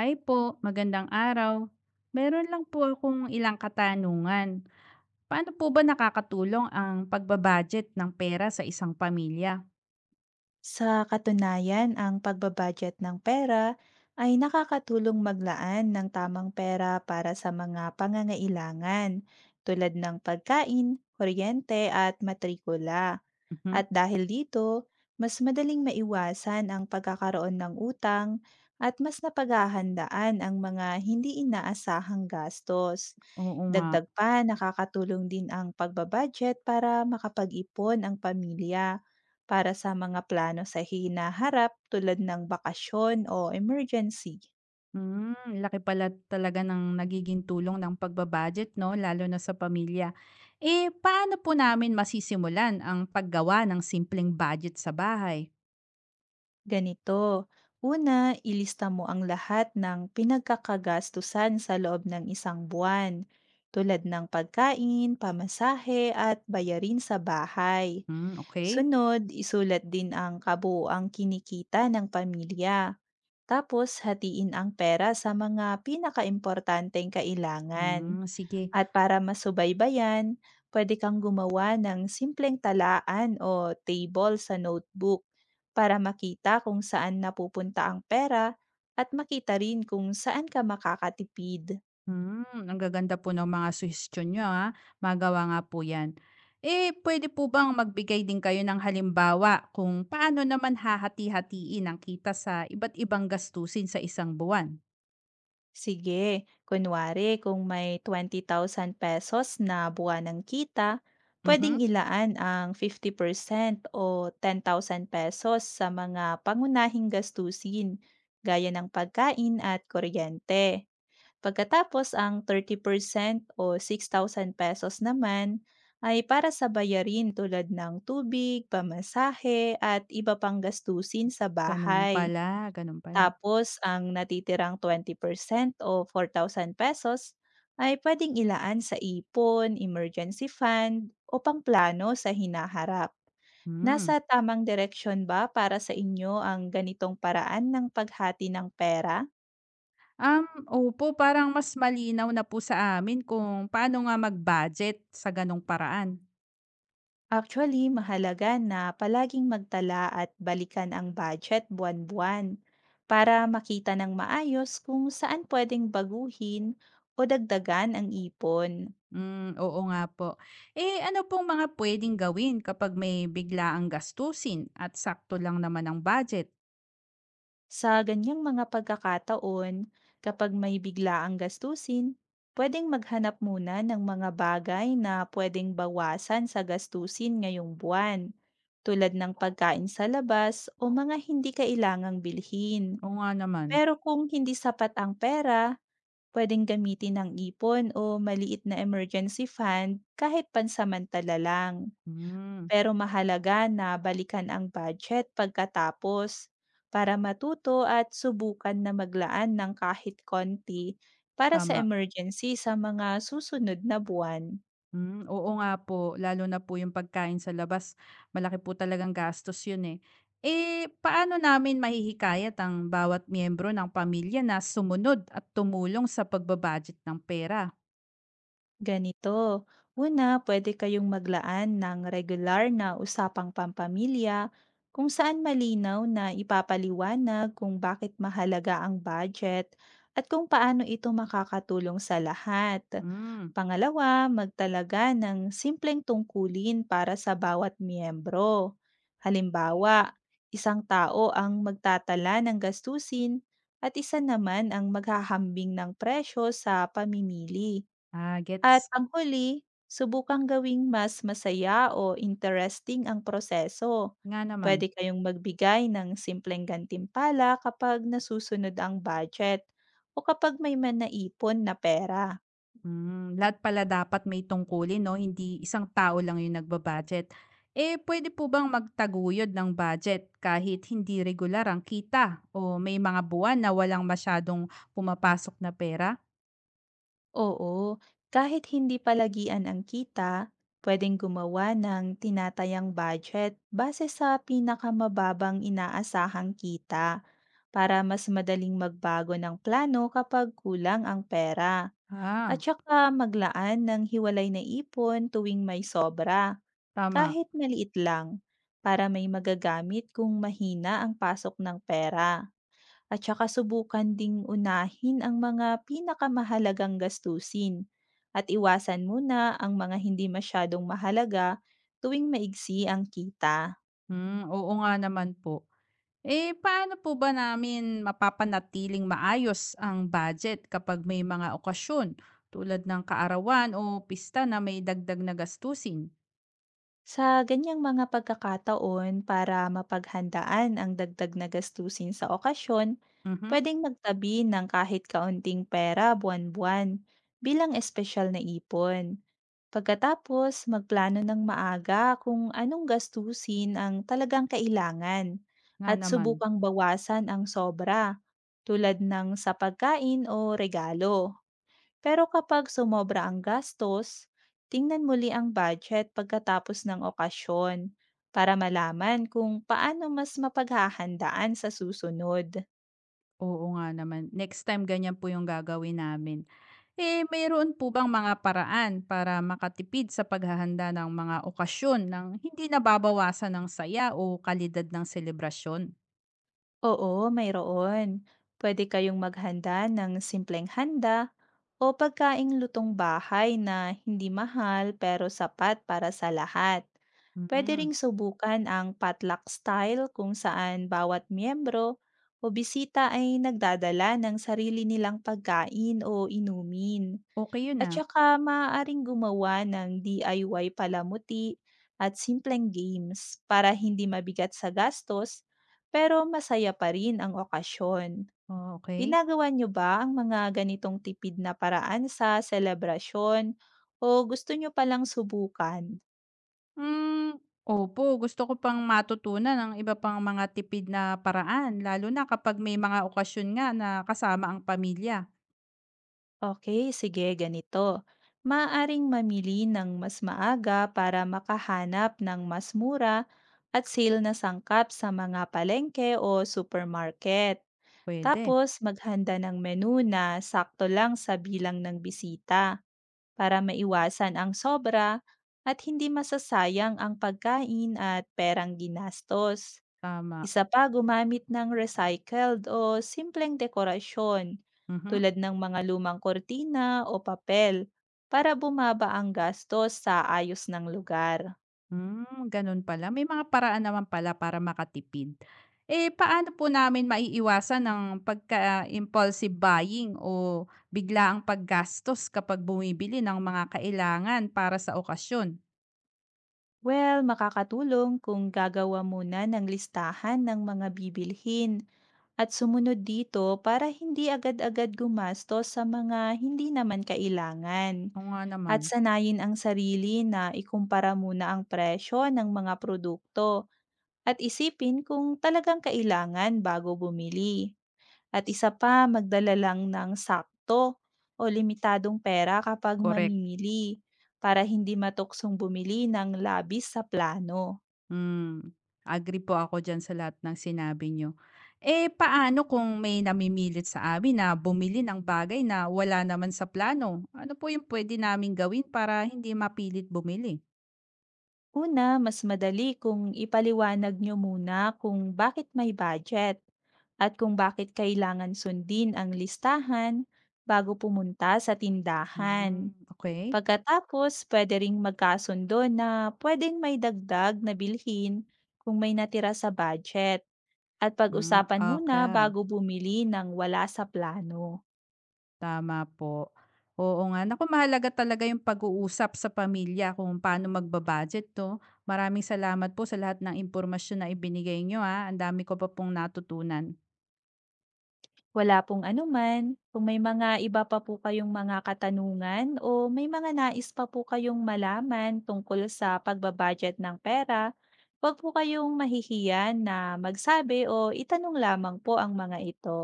Hi po, magandang araw. Meron lang po akong ilang katanungan. Paano po ba nakakatulong ang pagbabudget ng pera sa isang pamilya? Sa katunayan, ang pagbabudget ng pera ay nakakatulong maglaan ng tamang pera para sa mga pangangailangan tulad ng pagkain, kuryente at matrikula. Mhm. At dahil dito, mas madaling maiwasan ang pagkakaroon ng utang at mas napaghahandaan ang mga hindi inaasahang gastos. Oo nga. Dagdag pa, nakakatulong din ang pagbabudget para makapag-ipon ang pamilya para sa mga plano sa hinaharap tulad ng bakasyon o emergency. Hmm, laki pala talaga ng nagiging tulong ng pagbabudget, no? Lalo na sa pamilya. Eh, paano po namin masisimulan ang paggawa ng simpleng budget sa bahay? Ganito. Una, ilista mo ang lahat ng pinagkakagastusan sa loob ng isang buwan, tulad ng pagkain, pamasahe at bayarin sa bahay. Hmm, okay. Sunod, isulat din ang kabuuang kinikita ng pamilya. Tapos, hatiin ang pera sa mga pinakaimportanteng kailangan. Hmm, sige. At para masubaybayan, pwede kang gumawa ng simpleng talaan o table sa notebook para makita kung saan napupunta ang pera at makita rin kung saan ka makakatipid. Hmm, ang gaganda po ng mga suhestiyon niyo, ah. Magawa nga po 'yan. Eh, pwede po bang magbigay din kayo ng halimbawa kung paano naman hahati-hatiin ang kita sa iba't ibang gastusin sa isang buwan? Sige, kunwari kung may ₱20,000 na buwanang kita, Mhm, pwedeng ilaan ang 50% o ₱10,000 sa mga pangunahing gastusin gaya ng pagkain at kuryente. Pagkatapos, ang 30% o ₱6,000 naman ay para sa bayarin tulad ng tubig, pamasahe at iba pang gastusin sa gano'n bahay. pala, gano'n pala. Tapos, ang natitirang 20% o ₱4,000 ay pwedeng ilaan sa ipon, emergency fund o pangplano sa hinaharap. Nasa Hmm, tamang direksyon ba para sa inyo ang ganitong paraan ng paghati ng pera? um, opo, parang mas malinaw na po sa amin kung paano nga mag-budget sa gano'ng paraan. Actually, mahalaga na palaging magtala at balikan ang budget buwan-buwan para makita ng maayos kung saan pwedeng baguhin o dagdagan ang ipon. Hmm, oo nga po. Eh, ano pong mga puwedeng gawin kapag may bigla ang gastusin at sakto lang naman ang budget? Sa ganyang mga pagkakataon, kapag may biglaang gastusin, pwedeng maghanap muna ng mga bagay na pwedeng bawasan sa gastusin ngayong buwan, tulad ng pagkain sa labas o mga hindi kailangang bilhin. Oo nga naman. Pero kung hindi sapat ang pera, pwedeng gamitin ng ipon o maliit na emergency fund kahit pansamantala lang. Hmm, Pero mahalaga na balikan ang budget pagkatapos para matuto at subukan na maglaan ng kahit konti para sa tama. emergency sa mga susunod na buwan. Hmm, oo nga po, lalo na po yung pagkain sa labas, malaki po talagang gastos yun eh. Eh, paano namin mahihikayat ang bawat miyembro ng pamilya na sumunod at tumulong sa pagba ng pera? Ganito, una, pwede kayong maglaan ng regular na usapang pampamilya kung saan malinaw na ipapaliwanag kung bakit mahalaga ang budget at kung paano ito makakatulong sa lahat. Hmm, Pangalawa, magtalaga ng simpleng tungkulin para sa bawat miyembro. Halimbawa, isang tao ang magtatala ng gastusin at isa naman ang maghahambing ng presyo sa pamimili. ah, At gets. panghuli, subukang gawing mas masaya o interesting ang proseso. Nga naman. Pwede kayong magbigay ng simpleng gantimpala kapag nasusunod ang budget o kapag may manaipon na pera. Hmm, lahat pala dapat may tungkulin 'no, hindi isang tao lang yung nagbabudget. Eh, pwede po bang magtaguyod ng budget kahit hindi regular ang kita o may mga buwan na walang masyadong pumapasok na pera? Oo, kahit hindi palagian ang kita, pwedeng gumawa ng tinatayang budget base sa pinakamababang inaasahang kita para mas madaling magbago ng plano kapag kulang ang pera. At Ah, saka maglaan ng hiwalay na ipon tuwing may sobra, tama. kahit maliit lang, para may magagamit kung mahina ang pasok ng pera. At saka subukan ding unahin ang mga pinakamahalagang gastusin at iwasan muna ang mga hindi masyadong mahalaga tuwing maigsi ang kita. Hmm, oo nga naman po. Eh, paano po ba namin mapapanatiling maayos ang budget kapag may mga okasyon tulad ng kaarawan o pista na may dagdag na gastusin? Sa ganyang mga pagkakataon, para mapaghandaan ang dagdag na gastusin sa okasyon, Mhm, pwedeng magtabi ng kahit kaunting pera buwan-buwan bilang espesyal na ipon. Pagkatapos, magplano ng maaga kung anong gastusin ang talagang kailangan nga at naman. subukang bawasan ang sobra, tulad ng sa pagkain o regalo. Pero kapag sumobra ang gastos, tingnan muli ang budget pagkatapos ng okasyon para malaman kung paano mas mapaghahandaan sa susunod. Oo nga naman. Next time ganyan po yung gagawin namin. Eh, mayroon po bang mga paraan para makatipid sa paghahanda ng mga okasyon ng hindi nababawasan ng saya o kalidad ng selebrasyon? Oo, mayroon. Pwede kayong maghanda ng simpleng handa o pagkaing lutong bahay na hindi mahal pero sapat para sa lahat. Pwede Hmm, ring subukan ang potluck style kung saan bawat miyembro o bisita ay nagdadala ng sarili nilang pagkain o inumin. okey yun, At ah. saka maaaring gumawa ng DIY palamuti at simpleng games para hindi mabigat sa gastos pero masaya pa rin ang okasyon. Oh, okey. Ginagawa niyo ba ang mga ganitong tipid na paraan sa selebrasyon, o gusto niyo palang subukan? Hmm, opo, gusto ko pang matutunan ang iba pang mga tipid na paraan lalo na kapag may mga okasyon nga na kasama ang pamilya. Okay, sige, ganito, maaring mamili ng mas maaga para makahanap ng mas mura at sale na sangkap sa mga palengke o supermarket. Pwede. Tapos, maghanda ng menu na sakto lang sa bilang ng bisita, para maiwasan ang sobra at hindi masasayang ang pagkain at perang ginastos. Tama. Isa pa, gumamit ng recycled o simpleng dekorasyon Mhm. tulad ng mga lumang kortina o papel para bumaba ang gastos sa ayos ng lugar. Hmm, ganun pala. May mga paraan naman pala para makatipid. Eh, paano po namin maiiwasan ng pagka-impulsive buying o bigla ang paggastos kapag bumibili ng mga kailangan para sa okasyon? Well, makakatulong kung gagawa muna ng listahan ng mga bibilhin at sumunod dito para hindi agad-agad gumastos sa mga hindi naman kailangan. Oo nga naman. At sanayin ang sarili na ikumpara muna ang presyo ng mga produkto at isipin kung talagang kailangan bago bumili. At S- isa pa, magdala lang ng sakto o limitadong pera kapag Correct. mamimili para hindi matuksong bumili ng labis sa plano. Hmm. Agree po ako dyan sa lahat ng sinabi nyo. Eh, paano kung may namimilit sa amin na bumili ng bagay na wala naman sa plano? Ano po yung pwede namin gawin para hindi mapilit bumili? Una, mas madali kung ipaliwanag nyo muna kung bakit may budget at kung bakit kailangan sundin ang listahan bago pumunta sa tindahan. Hmm, okay. Pagkatapos, puwede ring magkasundo na puwedeng may dagdag na bilhin kung may natira sa budget at Hmm, pag-usapan muna okay, bago bumili ng wala sa plano. tama po. Oo nga, naku mahalaga talaga yung pag-uusap sa pamilya kung paano magba-budget 'no. Maraming salamat po sa lahat ng impormasyon na ibinigay niyo, ah, ang dami ko pa pong natutunan. Wala pong anuman, kung may mga iba pa po kayong mga katanungan o may mga nais pa po kayong malaman tungkol sa pagbabudget ng pera, huwag po kayong mahihiyan na magsabi o itanong lamang po ang mga ito.